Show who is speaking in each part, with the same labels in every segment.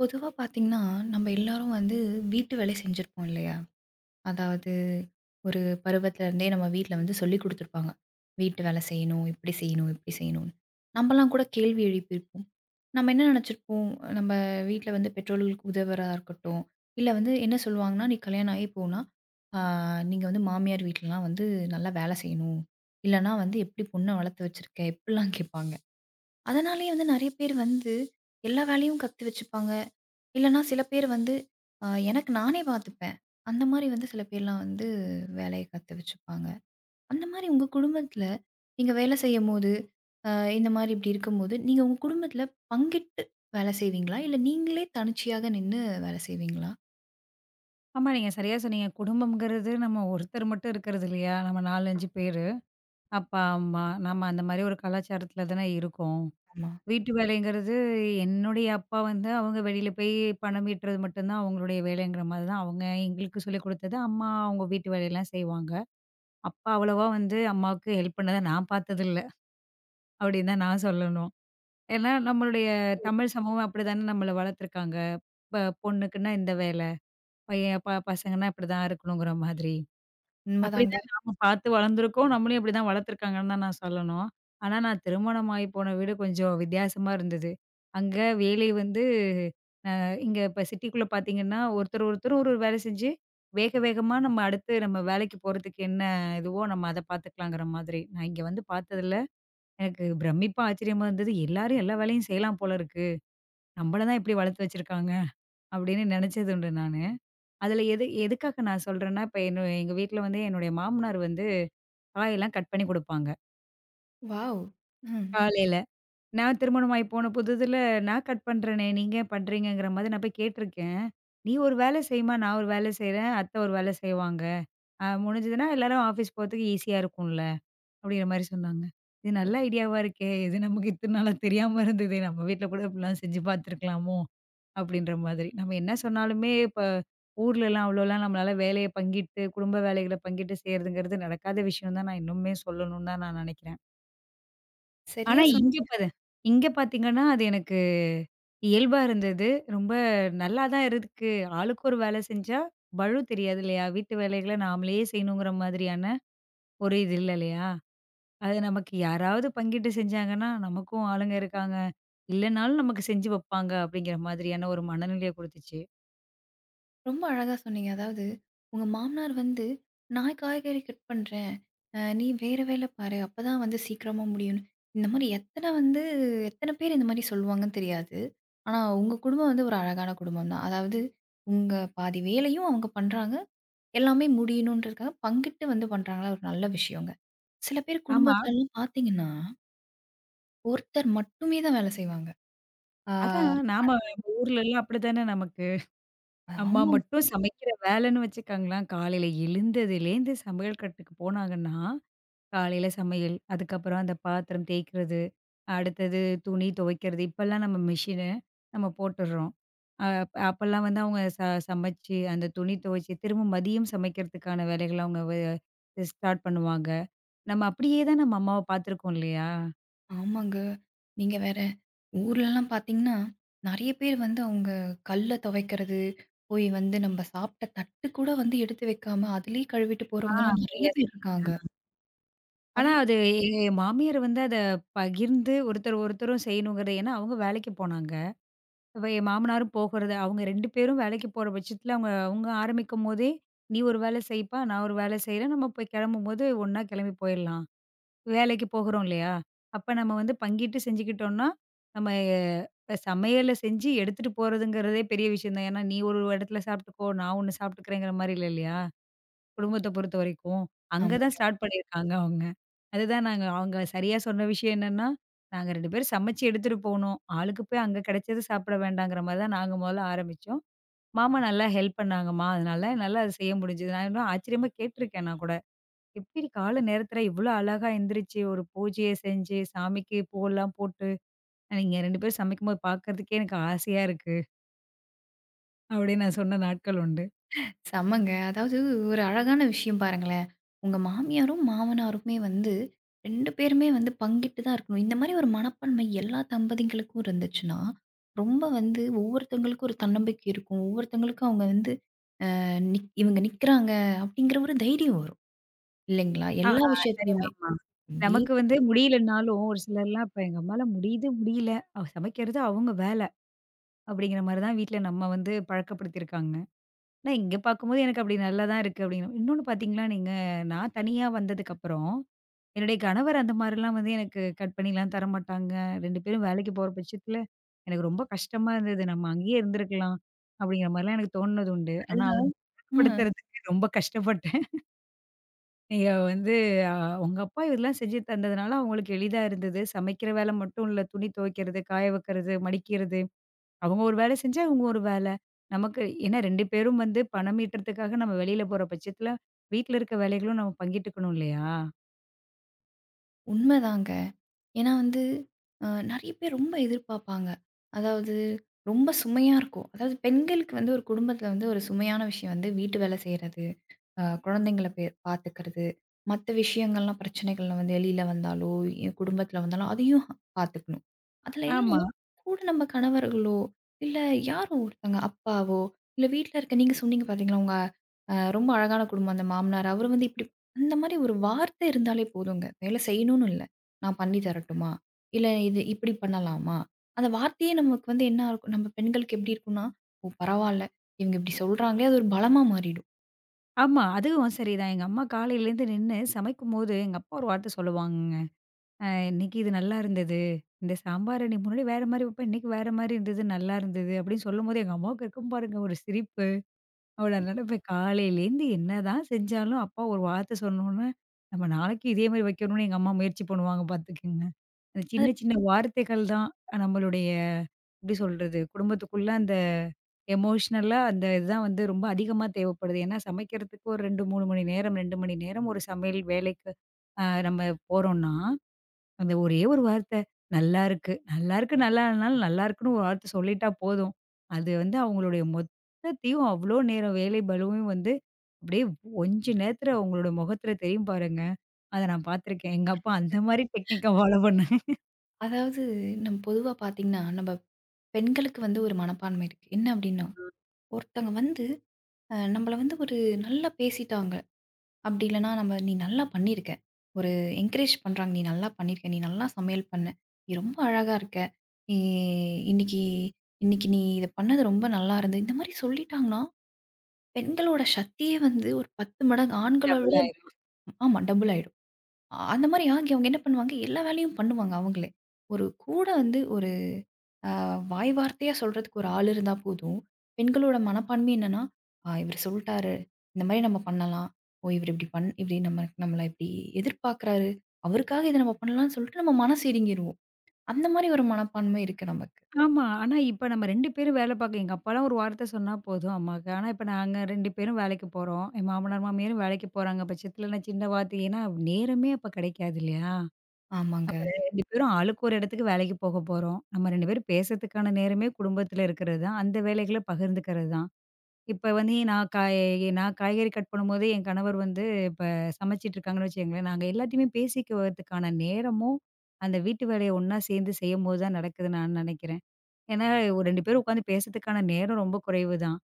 Speaker 1: பொதுவா பார்த்தீங்கன்னா, நம்ம எல்லாரும் வந்து வீட்டு வேலை செஞ்சிருப்போம் இல்லையா? அதாவது ஒரு பருவத்திலருந்தே நம்ம வீட்ல வந்து சொல்லிக் குடுத்துருப்பாங்க. வீட்டு வேலை செய்யணும், இப்படி செய்யணும், இப்படி செய்யணும்னு. நம்மலாம் கூட கேள்வி எழுப்பியிருப்போம். நம்ம என்ன நெனச்சிருப்போம், நம்ம வீட்ல வந்து பெற்றோர்களுக்கு உதவுறதா இருக்கட்டும், இல்ல வந்து என்ன சொல்லுவாங்கன்னா, "நீ கல்யாணம் ஆகி போனா, ஆ நீங்க வந்து மாமியார் வீட்லலாம் வந்து நல்லா வேலை செய்யணும். இல்லன்னா வந்து எப்படி பொண்ண வளர்த்து வச்சிருக்க?" இப்படிலாம் கேட்பாங்க. அதனாலேயே வந்து நெறைய பேர் வந்து எல்லா வேலையும் கத்து வச்சுப்பாங்க. இல்லன்னா சில பேர் வந்து எனக்கு நானே பார்த்துப்பேன். அந்த மாரி வந்து சில பேர்லாம் வந்து வேலைய கத்து வச்சுப்பாங்க. அந்த மாரி உங்க குடும்பத்துல, நீங்க வேலை செய்யும்போது, அ இந்த மாரி இப்படி இருக்கும்போது, நீங்க உங்க குடும்பத்துல பங்கிட்டு வேலை செய்வீங்களா? இல்ல நீங்களே தனிச்சையாக நின்னு வேலை செய்வீங்களா?
Speaker 2: ஆமா, நீங்க சரியா சொன்னீங்க. குடும்பம்ங்கிறது நம்ம ஒருத்தர் மட்டும் இருக்கிறது இல்லையா? நம்ம 4, 5 பேரு. அப்பா, அம்மா, நம்ம அந்த மாரி ஒரு கலாச்சாரத்துல தானே இருக்கோம்.
Speaker 1: ஆமா.
Speaker 2: வீட்டு வேலைங்கிறது என்னுடைய அப்பா வந்து அவங்க வெளியில போய் பணம் ஈட்டுறது மட்டும் தான் அவங்களுடைய வேலைங்கிற மாதிரி தான் அவங்க எங்களுக்கு சொல்லிக் குடுத்தது. அம்மா அவங்க வீட்டு வேலையெல்லாம் செய்வாங்க. அப்பா அவ்வளவா வந்து அம்மாவுக்கு ஹெல்ப் பண்ணத நான் பார்த்ததில்ல. அப்படின்னு தான் நான் சொல்லணும். ஏன்னா நம்மளுடைய தமிழ் சமூகம் அப்படிதானே நம்மள வளர்த்துருக்காங்க. ப பொண்ணுக்குன்னா இந்த வேலை, பையன் பசங்கன்னா இப்படிதான் இருக்கணுங்கிற மாதிரி.
Speaker 1: உண்மதாங்க.
Speaker 2: அப்படிதான் நாம பார்த்து வளர்ந்துருக்கோம். நம்மளையும் அப்படிதான் வளர்த்துருக்காங்கன்னு தான் நான் சொல்லணும். ஆனா, நான் திருமணமாகி போன வீடு கொஞ்சம் வித்தியாசமா இருந்தது. அங்க வேலை வந்து இங்க இப்ப சிட்டிக்குள்ள பார்த்தீங்கன்னா, ஒருத்தர் ஒருத்தர் ஒரு ஒரு வேலை செஞ்சு, வேக வேகமா நம்ம அடுத்து நம்ம வேலைக்கு போறதுக்கு என்ன இதுவோ நம்ம அத பார்த்துக்கலாங்கிற மாதிரி. நான் இங்க வந்து பார்த்ததுல எனக்கு பிரமிப்பா, ஆச்சரியமா இருந்தது. எல்லாரும் எல்லா வேலையும் செய்யலாம் போல இருக்கு. நம்மள தான் இப்படி வளர்த்து வச்சிருக்காங்க அப்படின்னு நினைச்சது உண்டு நானு. அதுல எது எதுக்காக நான் சொல்றேன்னா, இப்ப என்ன எங்க வீட்ல வந்து என்னுடைய மாமனார் வந்து காயெல்லாம் கட் பண்ணி குடுப்பாங்க.
Speaker 1: வாவ்! ம்.
Speaker 2: காலையில. நான் திருமணமாகி போன புதுதில நான் கட் பண்றேனே! நீங்க ஏன் பண்றீங்கங்கிற மாதிரி நான் போய் கேட்டுருக்கேன். "நீ ஒரு வேலை செய்யுமா, நான் ஒரு வேலை செய்றேன். அத்தை ஒரு வேலை செய்வாங்க. முடிஞ்சதுன்னா எல்லாரும் ஆஃபீஸ் போறதுக்கு ஈஸியா இருக்கும்ல." அப்படிங்கிற மாரி சொன்னாங்க. இது நல்ல ஐடியாவா இருக்கே! இது நமக்கு இத்தன நாளா தெரியாம இருந்ததே! நம்ம வீட்ல கூட இப்படிலாம் செஞ்சு பார்த்துருக்கலாமோ! அப்படின்ற மாதிரி. நம்ம என்ன சொன்னாலுமே இப்ப ஊர்லலாம் அவ்வளோலாம் நம்மளால வேலைய பங்கிட்டு, குடும்ப வேலைகள பங்கிட்டு செய்றதுங்கிறது நடக்காத விஷயம் தான் நான் இன்னுமே சொல்லணும்னு தான் நான் நினைக்கிறேன். ஆனா,
Speaker 1: சரியா
Speaker 2: இங்க
Speaker 1: சொன்னீங்க.
Speaker 2: பாரு இங்க பார்த்தீங்கன்னா, அது எனக்கு இயல்பா இருந்தது. ரொம்ப நல்லா தான் இருக்கு. ஆளுக்கு ஒரு வேலை செஞ்சா, பளு தெரியாது இல்லையா? வீட்டு வேலைகள நாமளே செய்யணுங்கிற மாதிரியான ஒரு இது இல்ல இல்லையா? அது நமக்கு யாராவது பங்கிட்டு செஞ்சாங்கன்னா, நமக்கும் ஆளுங்க இருக்காங்க. இல்லனாலும் நமக்கு செஞ்சு வைப்பாங்க அப்படிங்கிற மாதிரியான ஒரு மனநிலைய குடுத்துச்சு.
Speaker 1: ரொம்ப அழகா சொன்னீங்க. அதாவது, உங்க மாமனார் வந்து, "நான் காய்கறி கட் பண்றேன். நீ வேற வேல பாரு. அப்பதான் வந்து சீக்கிரமா முடியும்ன்னு." இந்த மாரி எத்தன வந்து எத்தன பேர் இந்த மாரி சொல்லுவாங்கன்னு தெரியாது. ஆனா, உங்க குடும்பம் வந்து ஒரு அழகான குடும்பம் தான். அதாவது, உங்க பாதி வேலையும் அவங்க பண்றாங்க. எல்லாமே முடியணுன்றதுக்காக பங்கிட்டு வந்து பண்றாங்களா ஒரு நல்ல விஷயங்க. சில பேர்
Speaker 2: ஆமா.
Speaker 1: குடும்பத்துலலாம் பார்த்தீங்கன்னா, ஒருத்தர் மட்டுமே தான் வேல செய்வாங்க. ஆ
Speaker 2: அதான் நாம நம்ம ஊர்லலாம் அப்படித்தானே நமக்கு. அம்மா
Speaker 1: ஆமா,
Speaker 2: மட்டும் சமைக்கிற வேலைன்னு வச்சுக்கோங்களேன். காலையில எழுந்ததுலேருந்து சமையல் கட்டுக்கு போனாங்கன்னா காலையில சமையல், அதுக்கப்புறம் அந்த பாத்திரம் தேய்க்கிறது, அடுத்தது துணி துவைக்கிறது. இப்பல்லாம் நம்ம மிஷினு, நம்ம போட்டுடுறோம். அ அப்பல்லாம் வந்து அவங்க சமைச்சு, அந்த துணி துவைச்சு, திரும்ப மதியம் சமைக்கிறதுக்கான வேலைகள அவங்க ஸ்டார்ட் பண்ணுவாங்க. நம்ம அப்படியே தான் நம்ம அம்மாவ பார்த்துருக்கோம் இல்லையா?
Speaker 1: ஆமாங்க. நீங்க வேற. ஊர்லலாம் பார்த்தீங்கன்னா, நெறைய பேர் வந்து அவங்க கல்ல துவைக்கிறது, போய் வந்து நம்ம சாப்பிட்ட தட்டு கூட வந்து எடுத்து வைக்காம, அதிலேயே கழுவிட்டு
Speaker 2: ஆ,
Speaker 1: போறவங்கலாம் நெறைய
Speaker 2: சரியா
Speaker 1: பேர்
Speaker 2: சொன்னீங்க.
Speaker 1: இருக்காங்க.
Speaker 2: ஆனா
Speaker 1: அதெல்லாம்
Speaker 2: அது மாமியார் வந்து அத பகிர்ந்து ஒருத்தர் ஒருத்தரும் செய்யணுங்கிறது ஏன்னா அவங்க வேலைக்கு போனாங்க. இப்ப என் மாமனாரும் போகுறது. அவங்க 2 பேரும் வேலைக்கு போற பட்சத்தில, அவங்க அவங்க ஆரம்பிக்கும்போதே, "நீ ஒரு வேலை செய்ப்பா, நான் ஒரு வேலை செய்றேன். நம்ம போய் கெளம்பும்போது ஒண்ணா கெளம்பி போயிரலாம்." வேலைக்கு போகிறோம் இல்லையா? அப்ப நம்ம வந்து பங்கிட்டு செஞ்சுக்கிட்டோம்னா, நம்ம இப்ப சமையல செஞ்சு எடுத்துட்டு போறதுங்கிறதே பெரிய விஷயம் தான். ஏன்னா, "நீ ஒரு இடத்துல சாப்பிட்டுக்கோ, நான் ஒண்ணு சாப்பிட்டுக்கிறேங்கிற" மாரி இல்ல இல்லையா? குடும்பத்த பொறுத்தவரைக்கும். அங்க தான்
Speaker 1: ஆமாங்க.
Speaker 2: ஸ்டார்ட் பண்ணியிருக்காங்க அவங்க. அதுதான் நாங்க அவங்க சரியா சொன்ன விஷயம் என்னன்னா, நாங்க 2 பேரும் சமைச்சு எடுத்துட்டு போனோம். ஆளுக்கு போய் அங்க கிடைச்சது சாப்பிட வேண்டாங்கிற மாரி தான் நாங்க முதல்ல ஆரம்பிச்சோம். மாமா நல்லா ஹெல்ப் பண்ணாங்கம்மா. அதனால நல்லா அத செய்ய முடிஞ்சது. நான் இன்னும் ஆச்சரியமா கேட்டுருக்கேன் நான் கூட. "எப்படி காலை நேரத்துல இவ்ளோ அழகா எந்திரிச்சு ஒரு பூஜைய செஞ்சு, சாமிக்கு பூவெல்லாம் போட்டு, நீங்க 2 பேரும் சமைக்கும்போது பார்க்கறதுக்கே எனக்கு ஆசையா இருக்கு." அப்படின்னு நான் சொன்ன நாட்கள் உண்டு.
Speaker 1: செம்மங்க. அதாவது ஒரு அழகான விஷயம் பாருங்களேன். உங்க மாமியாரும், மாமனாருமே வந்து 2 பேருமே வந்து பங்கிட்டு தான் இருக்கணும். இந்த மாரி ஒரு மனப்பான்மை எல்லா தம்பதிங்களுக்கும் இருந்துச்சுன்னா, ரொம்ப வந்து ஒவ்வொருத்தவங்களுக்கும் ஒரு தன்னம்பிக்கை இருக்கும். ஒவ்வொருத்தவங்களுக்கும் அவங்க வந்து அ நிக் இவங்க நிக்கிறாங்க, அப்படிங்கிற ஒரு தைரியம் வரும். இல்லைங்களா?
Speaker 2: ஆ,
Speaker 1: எல்லா
Speaker 2: ஆ. சரி.
Speaker 1: விஷயத்துலயுமே.
Speaker 2: ஆமா.
Speaker 1: வே
Speaker 2: நமக்கு வந்து முடியலன்னாலும், ஒரு சிலர்லாம் இப்ப எங்க அம்மால முடியுது, முடியல. அவ சமைக்கிறது அவங்க வேல. அப்படிங்கிற மாரி தான் வீட்ல நம்ம வந்து பழக்கப்படுத்தியிருக்காங்க. ஆனா இங்க பார்க்கும்போது எனக்கு அப்படி நல்லா தான் இருக்கு அப்படிங்கிற இன்னொன்னு பார்த்தீங்களா, நீங்க நான் தனியா வந்ததுக்கப்புறம், என்னுடைய கணவர் அந்த மாரிலாம் வந்து எனக்கு கட் பண்ணிலாம் தரமாட்டாங்க. 2 பேரும் வேலைக்கு போற பட்சத்துல, எனக்கு ரொம்ப கஷ்டமா இருந்தது. நம்ம அங்கேயே இருந்திருக்கலாம். அப்படிங்கிற மாரிலாம் எனக்கு தோணுனது உண்டு. ஆனா
Speaker 1: கடல் ரா
Speaker 2: அவங்க
Speaker 1: ம்.
Speaker 2: படுத்துறதுக்கு ரொம்ப கஷ்டப்பட்டேன். நீங்க வந்து அ உங்க அப்பா இதெல்லாம் செஞ்சு தந்ததுனால, அவங்களுக்கு எளிதா இருந்தது. சமைக்கிற வேலை மட்டும் இல்ல, துணி துவைக்கிறது, காய வைக்கிறது, மடிக்கிறது. அவங்க ஒரு வேலை செஞ்சா, இவங்க ஒரு வேலை. நமக்கு ஏன்னா 2 பேரும் வந்து பணம் ஈட்டுறதுக்காக நம்ம வெளியில போற பட்சத்துல, வீட்ல இருக்க வேலைகளும் நம்ம பங்கிட்டுக்கணும் இல்லையா?
Speaker 1: உண்மதாங்க. ஏன்னா வந்து நெறைய பேர் ரொம்ப எதிர்பார்ப்பாங்க. அதாவது ரொம்ப சுமையா இருக்கும். அதாவது பெண்களுக்கு வந்து ஒரு குடும்பத்தில வந்து ஒரு சுமையான விஷயம் வந்து வீட்டு வேலை செய்றது, குழந்தைங்கள பார்த்துக்கிறது, மத்த விஷயங்கள்லாம் பிரச்சனைகள்ல வந்து வெளியில வந்தாலோ, குடும்பத்தில வந்தாலோ அதையும் பார்த்துக்கணும். அதில எல்லாம்
Speaker 2: ஆமா,
Speaker 1: கூட நம்ம கணவர்களோ, இல்ல யாரோ ஒருத்தங்க அப்பாவோ, இல்ல வீட்ல இருக்க நீங்க சொன்னீங்க பார்த்தீங்களா, உங்க ரொம்ப அழகான குடும்பம் அந்த மாமனார். அவரு வந்து இப்டி அந்த மாரி ஒரு வார்த்தை இருந்தாலே போதுங்க. வேலை செய்யணும்னு இல்ல. நான் பண்ணி தரட்டுமா? இல்ல இது இப்படி பண்ணலாமா? அந்த வார்த்தையே நமக்கு வந்து என்ன இருக்கும் நம்ம பெண்களுக்கு எப்படி இருக்கும்னா, ஓ! பரவால்ல. இவங்க இப்படி சொல்றாங்களே, அது ஒரு பலமா மாறிடும்.
Speaker 2: ஆமா. அதுவும் சரிதான். எங்க அம்மா காலையிலேருந்து நின்னு சமைக்கும்போது, எங்க அப்பா ஒரு வார்த்தை சொல்லுவாங்கங்க. " இன்னைக்கு இது நல்லா இருந்தது. இந்த சாம்பார் அன்னைக்கு முன்னாடி வேற மாரி வைப்பேன். இன்னைக்கு வேற மாரி இருந்தது. நல்லா இருந்தது." அப்படின்னு சொல்லும்போது, எங்க அம்மாவுக்கு இருக்கும் பாருங்க ஒரு சிரிப்பு. அவ்வளோ நினைப்பேன். காலையிலேருந்து என்னதான் செஞ்சாலும், அப்பா ஒரு வார்த்தை சொன்னோனே, நம்ம நாளைக்கு இதே மாரி வைக்கணும்னு எங்க அம்மா முயற்சி பண்ணுவாங்க பார்த்துக்கங்க. அந்த சின்ன
Speaker 1: அது
Speaker 2: சின்ன வார்த்தைகள் தான் நம்மளுடைய எப்படி சொல்றது? குடும்பத்துக்குள்ள அந்த எமோஷனலா அந்த இதுதான் வந்து ரொம்ப அதிகமா தேவைப்படுது. ஏன்னா சமைக்கிறதுக்கு ஒரு 2, 3 மணி நேரம், 2 மணி நேரம் ஒரு சமையல் வேலைக்கு நம்ம போறோம்னா அந்த ஒரே ஒரு வார்த்தை, "நல்லா இருக்கு." நல்லா இருக்கு, நல்லா இல்லனாலும், நல்லா இருக்குன்னு ஒரு வார்த்தை சொல்லிட்டா போதும். அது வந்து அவங்களுடைய மொத்தத்தையும் அவ்ளோ நேரம் வேலை பளுவையும் வந்து அப்படியே கொஞ்ச நேரத்துல அவங்களோட முகத்துல தெரியும் பாருங்க. அத நான் பார்த்துருக்கேன். எங்க அப்பா அந்த மாரி டெக்னிக்கா ஃபாலோ பண்ணாரு.
Speaker 1: அதாவது நம்ம பொதுவா பார்த்தீங்கன்னா, நம்ம பெண்களுக்கு வந்து ஒரு மனப்பான்மை இருக்கு. என்ன அப்படின்னா, ஒருத்தங்க வந்து நம்மள வந்து ஒரு நல்லா பேசிட்டாங்க. அப்படி இல்லைன்னா நம்ம "நீ நல்லா பண்ணியிருக்க." ஒரு என்கரேஜ் பண்றாங்க. "நீ நல்லா பண்ணியிருக்க. நீ நல்லா சமையல் பண்ண. நீ ரொம்ப அழகா இருக்க. நீ இன்னைக்கு இன்னைக்கு நீ இத பண்ணது ரொம்ப நல்லா இருந்தது." இந்த மாரி சொல்லிட்டாங்கன்னா, பெண்களோட சக்தியே வந்து ஒரு 10 மடங்கு ஆண்கள
Speaker 2: டபுள்
Speaker 1: விட
Speaker 2: ஆயிரும்.
Speaker 1: ஆமா டபுள் ஆயிடும். அந்த மாரி ஆகி அவங்க என்ன பண்ணுவாங்க, எல்லா வேலையும் பண்ணுவாங்க அவங்களே. ஒரு கூட வந்து ஆ வாய் வார்த்தையா சொல்றதுக்கு ஒரு ஆள் இருந்தா போதும். பெண்களோட மனப்பான்மை என்னன்னா, இவரு சொல்ட்டாரு. இந்த மாரி நம்ம பண்ணலாம். ஓ! இவரு இப்படி பண் இப்படி நம்மள இப்படி எதிர்பார்க்கிறாரு. அவருக்காக இத நம்ம பண்ணலாம்ன்னு" சொல்லிட்டு நம்ம மனசு இறங்கிருவோம். அந்த மாரி ஒரு மனப்பான்மை இருக்கு நமக்கு.
Speaker 2: ஆமா. ஆனா இப்ப நம்ம 2 பேரும் வேலை பார்க்க எங்க அப்பாலாம் ஒரு வார்த்தை சொன்னா போதும் அம்மாக்கு. ஆனா இப்ப நாங்க 2 பேரும் வேலைக்கு போறோம். என் மாமனார், மாமியாரும் வேலைக்கு போறாங்க பட்சத்துல நான் சின்ன வார்த்தை ஏன்னா நேரமே அப்ப கிடைக்காது இல்லையா?
Speaker 1: ஆமாங்க.
Speaker 2: 2 பேரும் ஆளுக்கு ஒரு இடத்துக்கு வேலைக்கு போக போறோம். நம்ம 2 பேரும் பேசறதுக்கான நேரமே குடும்பத்துல இருக்கிறது தான். அந்த வேலைகள பகிர்ந்துக்கிறது தான். இப்ப வந்து நான் காய்கறி கட் பண்ணும்போது என் கணவர் வந்து இப்ப சமைச்சிட்டு இருக்காங்கன்னு வச்சுக்கங்களேன், நாங்க எல்லாத்தையுமே பேசிக்குவதுக்கான நேரமும், அந்த வீட்டு வேலைய ஒண்ணா சேர்ந்து செய்யும்போது தான் நடக்குதுன்னு நான் நெனைக்கிறேன். ஏன்னா, ஒரு 2 பேரும் உட்காந்து பேசறதுக்கான நேரம் ரொம்ப குறைவு தான்.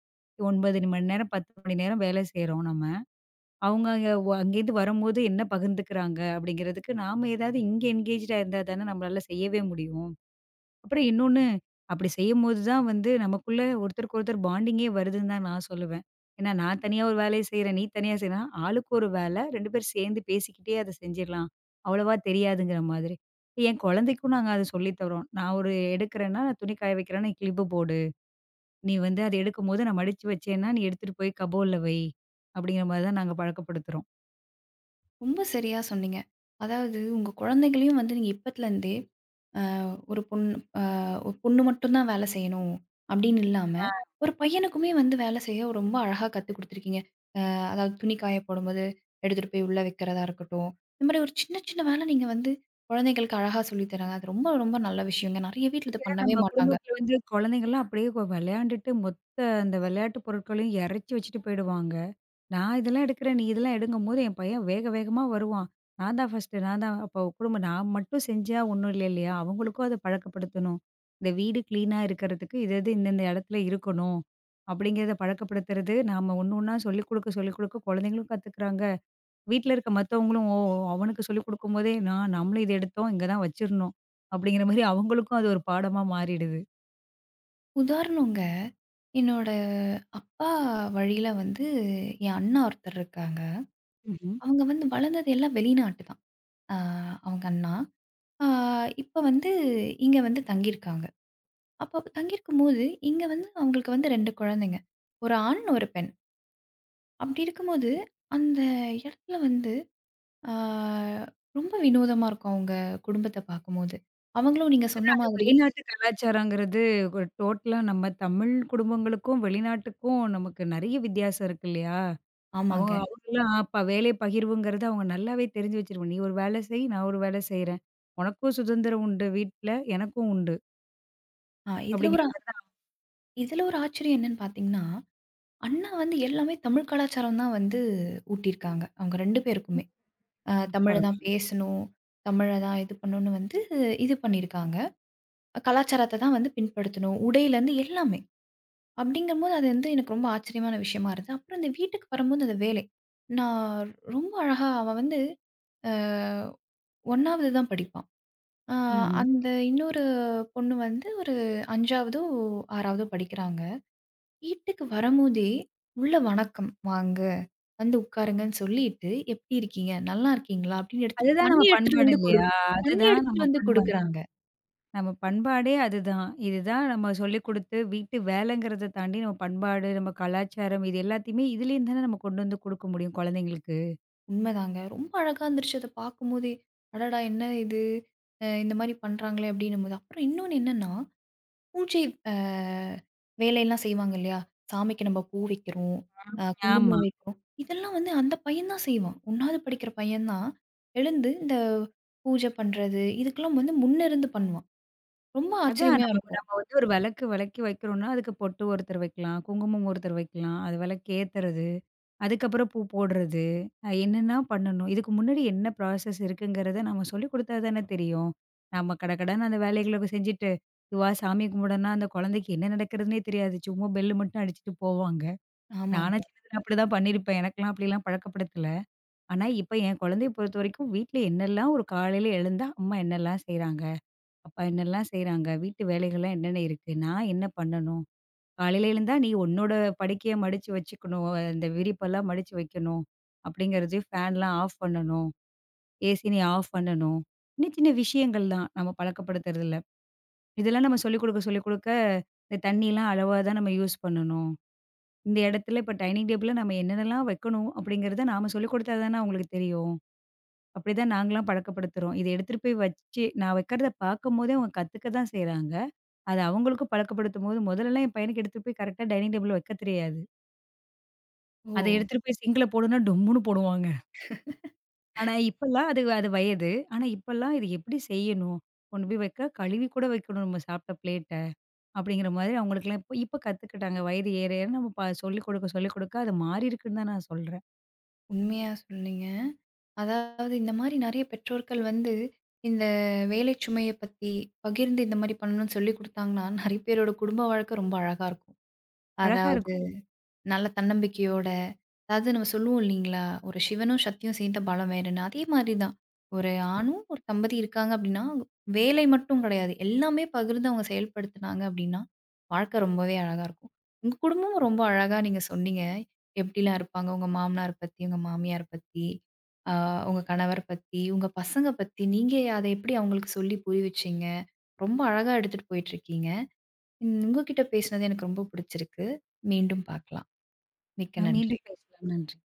Speaker 2: 9 மணி நேரம், 10 மணி நேரம் வேலை செய்றோம் நம்ம. அவங்க அங்க அங்கேருந்து வரும்போது என்ன பகிர்ந்துக்கிறாங்க அப்படிங்கிறதுக்கு, நாம ஏதாவது இங்க என்கேஜ்டா இருந்தா தானே நம்மளால செய்யவே முடியும். அப்புறம் இன்னொன்னு, அப்படி செய்யும்போது தான் வந்து நமக்குள்ள ஒருத்தருக்கு ஒருத்தர் பாண்டிங்கே வருதுன்னு தான் நான் சொல்லுவேன். ஏன்னா நான் தனியா ஒரு வேலைய செய்றேன், நீ தனியா செய்றேன்னா, ஆளுக்கு ஒரு வேலை 2 பேரும் சேர்ந்து பேசிக்கிட்டே அத செஞ்சிடலாம். அவ்வளவா தெரியாதுங்கிற மாதிரி. என் குழந்தைக்கும் நாங்க அத சொல்லி தர்றோம். நான் ஒரு எடுக்கிறேன்னா, நான் துணி காய வைக்கிறேன்னா கிளிப்பு போடு. நீ வந்து அத எடுக்கும்போது நான் மடிச்சு வச்சேன்னா, நீ எடுத்துட்டு போய் கபோர்ட்ல வை. அப்படிங்கிற மாரி தான் நாங்க பழக்கப்படுத்துறோம்.
Speaker 1: ரொம்ப சரியா சொன்னீங்க. அதாவது உங்க குழந்தைகளையும் வந்து நீங்க இப்பத்துலருந்தே, ஆ ஒரு பொண்ணு ஆ ஒரு பொண்ணு மட்டும் தான் வேலை செய்யணும் அப்படின்னு இல்லாம, ஒரு பையனுக்குமே வந்து வேலை செய்ய ரொம்ப அழகா கத்துக் குடுத்துருக்கீங்க. அதாவது துணி காய போடும்போது எடுத்துட்டு போய் உள்ள வைக்கிறதா இருக்கட்டும். இந்த மாரி ஒரு சின்ன, சின்ன வேலை நீங்க வந்து குழந்தைகளுக்கு அழகா சொல்லி தராங்க. அது ரொம்ப, ரொம்ப நல்ல விஷயங்க. நெறைய வீட்ல இத
Speaker 2: ஏன்னா
Speaker 1: பண்ணவே
Speaker 2: நம்ம
Speaker 1: மாட்டாங்க.
Speaker 2: குடும்பத்தில வந்து குழந்தைங்கலாம் அப்படியே விளையாண்டுட்டு மொத்த அந்த விளையாட்டு பொருட்களையும் இறச்சி வச்சுட்டு போயிடுவாங்க. நான் இதெல்லாம் எடுக்கிறேன், நீ இதெல்லாம் எடுங்கும்போது என் பையன் வேக வேகமா வருவான். நான் தான் ஃபர்ஸ்ட்டு, நான் தான் அப்போ குடும்பம் நான் மட்டும் செஞ்சா ஒண்ணும் இல்ல இல்லையா? அவங்களுக்கும் அத பழக்கப்படுத்தணும். இந்த வீடு கிளீனா இருக்கிறதுக்கு இது இது இந்தந்த இடத்துல இருக்கணும். அப்படிங்கிறத பழக்கப்படுத்துறது நாம ஒண்ணு ஒண்ணா சொல்லிக் குடுக்க குழந்தைங்களும் கத்துக்கிறாங்க. வீட்ல இருக்க மத்தவங்களும் ஓ! அவனுக்கு சொல்லிக் குடுக்கும்போதே நம்மளும் இத எடுத்தோம், இங்க தான் வச்சிரணும். அப்படிங்கிற மாரி அவங்களுக்கும் அது ஒரு பாடமா மாறிடுது.
Speaker 1: உதாரணங்க, என்னோட அப்பா வழியில வந்து என் அண்ணா ஒருத்தர் இருக்காங்க.
Speaker 2: ம்ஹ்ம்.
Speaker 1: அவங்க வந்து வளர்ந்தது எல்லாம் வெளிநாட்டு தான். அ அவங்க அண்ணா. அ இப்ப வந்து இங்க வந்து தங்கியிருக்காங்க. அப்ப தங்கியிருக்கும்போது இங்க வந்து அவங்களுக்கு வந்து 2 குழந்தைங்க. ஒரு ஆண், ஒரு பெண். அப்படி இருக்கும்போது அந்த இடத்துல வந்து ஆ ரொம்ப வினோதமா இருக்கும் அவங்க குடும்பத்த பார்க்கும்போது. அவங்களும் நீங்க சொன்ன
Speaker 2: அது
Speaker 1: மாதிரி
Speaker 2: வெளிநாட்டு கலாச்சாரங்கிறது ஒரு டோட்டலா நம்ம தமிழ் குடும்பங்களுக்கும், வெளிநாட்டுக்கும் நமக்கு நெறைய வித்தியாசம் இருக்கு இல்லையா? அவங்க
Speaker 1: ஆமாங்க.
Speaker 2: அவங்கலாம் அப்ப வேலை பகிர்வுங்கிறது அவங்க நல்லாவே தெரிஞ்சு வச்சிருவாங்க. "நீ ஒரு வேலை செய், நான் ஒரு வேலை செய்றேன். உனக்கும் சுதந்திரம் உண்டு வீட்ல, எனக்கும் உண்டு."
Speaker 1: ஆ இதுல
Speaker 2: அப்படிங்கிற
Speaker 1: ஒரு
Speaker 2: மாரி தான்.
Speaker 1: இதுல ஒரு ஆச்சரியம் என்னன்னு பார்த்தீங்கன்னா, அண்ணா வந்து எல்லாமே தமிழ் கலாச்சாரம் தான் வந்து ஊட்டியிருக்காங்க. அவங்க 2 பேருக்குமே.
Speaker 2: ம்.
Speaker 1: தமிழ தான்
Speaker 2: பரவால்ல.
Speaker 1: பேசணும், தமிழ தான் இது பண்ணணும்னு வந்து இது பண்ணியிருக்காங்க. கலாச்சாரத்த தான் வந்து பின்படுத்தணும். உடையிலேருந்து எல்லாமே. அப்படிங்கும்போது அது வந்து எனக்கு ரொம்ப ஆச்சரியமான விஷயமா இருந்தது. அப்புறம் இந்த வீட்டுக்கு வரும்போது அந்த வேலை. நான் ரொம்ப அழகா அவ வந்து அ 1வது தான் படிப்பா. ஆ,
Speaker 2: ம்ஹ்ம்.
Speaker 1: அந்த இன்னொரு பொண்ணு வந்து ஒரு 5வதோ, 6வதோ படிக்கிறாங்க. வீட்டுக்கு வரும்போதே, "உள்ள வணக்கம் வாங்க, வந்து உட்காருங்கன்னு" சொல்லிட்டு, "எப்படி இருக்கீங்க? நல்லா இருக்கீங்களா?" அப்படின்னு எடுத்துட்டு
Speaker 2: அதுதான் நம்ம பண்பாடு இல்லையா?
Speaker 1: தண்ணி
Speaker 2: அதுதான் நம்ம
Speaker 1: எடுத்துட்டு வந்து
Speaker 2: பண்பாடு.
Speaker 1: குடுக்குறாங்க.
Speaker 2: நம்ம பண்பாடே அதுதான். இதுதான் நம்ம சொல்லிக் குடுத்து வீட்டு வேலைங்கிறத தாண்டி நம்ம பண்பாடு, நம்ம கலாச்சாரம் இது எல்லாத்தையுமே இதுலேருந்து தானே நம்ம கொண்டு வந்து குடுக்க முடியும் குழந்தைங்களுக்கு.
Speaker 1: உண்மைதாங்க. ரொம்ப அழகா இருந்துருச்சு அத பார்க்கும்போதே. "அடடா! என்ன இது? இந்த மாரி பண்றாங்களே" அப்படின்னும்போது. அப்புறம் இன்னொன்னு என்னன்னா பூஜை அ வேலையெல்லாம் செய்வாங்க இல்லையா? சாமிக்கு நம்ம பூ வைக்கிறோம்,
Speaker 2: ஆமா.
Speaker 1: குங்குமம் வைக்கிறோம். இதெல்லாம் வந்து அந்த பையன் தான் செய்வான். 1வது படிக்கிற பையன் தான் எழுந்து இந்த பூஜை பண்றது, இதுக்கெல்லாம் வந்து முன்னிருந்து பண்ணுவான். ரொம்ப
Speaker 2: அதான்
Speaker 1: ஆச்சரியமா
Speaker 2: நம்ம
Speaker 1: இருக்கும்.
Speaker 2: நம்ம வந்து ஒரு விளக்கு விளக்கி வைக்கிறோம்னா, அதுக்கு பொட்டு ஒருத்தர் வைக்கலாம், குங்குமம் ஒருத்தர் வைக்கலாம், அது விளக்கு ஏத்துறது, அதுக்கப்புறம் பூ போடுறது, என்னென்ன பண்ணணும்? இதுக்கு முன்னாடி என்ன ப்ராசஸ் இருக்குங்கிறத நம்ம சொல்லிக் குடுத்தா தானே தெரியும். நம்ம கடகடன்னு அந்த வேலைகள செஞ்சுட்டு, இதுவா சாமி கும்பிடன்னா, அந்த குழந்தைக்கு என்ன நடக்கிறதுன்னே தெரியாது. சும்மா பெல் மட்டும் அடிச்சுட்டு போவாங்க. நானா
Speaker 1: ஆமாங்க.
Speaker 2: சின்னதுல அப்படிதான் பண்ணியிருப்பேன். எனக்கெல்லாம் அப்படிலாம் பழக்கப்படுத்தல. ஆனா, இப்ப என் குழந்தைய பொறுத்தவரைக்கும் வீட்ல என்னெல்லாம் ஒரு காலையில எழுந்தா அம்மா என்னெல்லாம் செய்றாங்க? அப்பா என்னெல்லாம் செய்றாங்க? வீட்டு வேலைகள்லாம் என்னென்ன இருக்கு? நான் என்ன பண்ணணும்? காலையில எழுந்தா நீ உன்னோட படுக்கைய மடிச்சு வச்சுக்கணும். அந்த விரிப்பெல்லாம் மடிச்சு வைக்கணும். அப்படிங்கிறது ஃபேன்லாம் ஆஃப் பண்ணணும். ஏசி நீ ஆஃப் பண்ணணும். சின்ன சின்ன விஷயங்கள் தான். நம்ம பழக்கப்படுத்துறதில்ல. இதெல்லாம் நம்ம சொல்லிக் கொடுக்க இந்த தண்ணிலாம் அளவா தான் நம்ம யூஸ் பண்ணணும். இந்த இடத்துல இப்ப டைனிங் டேபிள்ல நம்ம என்னென்னலாம் வைக்கணும் அப்படிங்கிறத நாம சொல்லிக் கொடுத்தா தானே அவங்களுக்கு தெரியும். அப்படிதான் நாங்கலாம் பழக்கப்படுத்துறோம். இத எடுத்துட்டு போய் வச்சு நான் வைக்கிறத பார்க்கும்போதே அவங்க கத்துக்க தான் செய்றாங்க. அது அவங்களுக்கும் பழக்கப்படுத்தும்போது, முதல்லலாம் என் பையனுக்கு எடுத்துட்டு போய் கரெக்ட்டா டைனிங் டேபிள்ல வைக்க தெரியாது.
Speaker 1: ஓ!
Speaker 2: அத எடுத்துட்டு போய் சிங்க்ல போடுன்னா டொம்முன்னு போடுவாங்க. ஆனா இப்பல்லாம் அது அது வயது. ஆனா இப்பல்லாம் இது எப்படி செய்யணும்? கொண்டு போய் வைக்க கழுவி கூட வைக்கணும் நம்ம சாப்பிட்ட பிளேட்ட. அப்படிங்கிற மாதிரி அவங்களுக்கெல்லாம் இப்ப இப்ப கத்துக்கிட்டாங்க. வயது ஏற ஏற நம்ம சொல்லிக் கொடுக்க அது மாறியிருக்குன்னு தான் நான் சொல்றேன்.
Speaker 1: உண்மையா சொன்னீங்க. அதாவது இந்த மாரி நெறைய பெற்றோர்கள் வந்து இந்த வேலை சுமைய பத்தி பகிர்ந்து இந்த மாரி பண்ணணும்னு சொல்லிக் குடுத்தாங்கன்னா, நெறைய பேரோட குடும்ப வாழ்க்கை ரொம்ப அழகா இருக்கும்.
Speaker 2: அழகா
Speaker 1: அதாவது
Speaker 2: இருக்கும்.
Speaker 1: நல்ல தன்னம்பிக்கையோட, அதாவது நம்ம சொல்லுவோம் இல்லைங்களா? ஒரு சிவனும் சக்தியும் சேர்ந்த பலம் வேறுன்னு. அதே மாதிரி தான். ஒரு ஆணும், ஒரு தம்பதி இருக்காங்க அப்படின்னா, வேலை மட்டும் கிடையாது. எல்லாமே பகிர்ந்து அவங்க செயல்படுத்துனாங்க அப்படின்னா, வாழ்க்கை ரொம்பவே அழகா இருக்கும். உங்க குடும்பமும் ரொம்ப அழகா நீங்க சொன்னீங்க. எப்படிலாம் இருப்பாங்க? உங்க மாமனார் பத்தி, உங்க மாமியார் பத்தி, அ உங்க கணவர் பத்தி, உங்க பசங்க பத்தி, நீங்க அத எப்படி அவங்களுக்கு சொல்லி புரிய வச்சீங்க? ரொம்ப அழகா எடுத்துட்டு போயிட்டுருக்கீங்க. ம் உங்ககிட்ட பேசினது எனக்கு ரொம்ப பிடிச்சிருக்கு. மீண்டும் பார்க்கலாம். மிக்க நன்றி.
Speaker 2: மீண்டும் பேசலாம். நன்றி.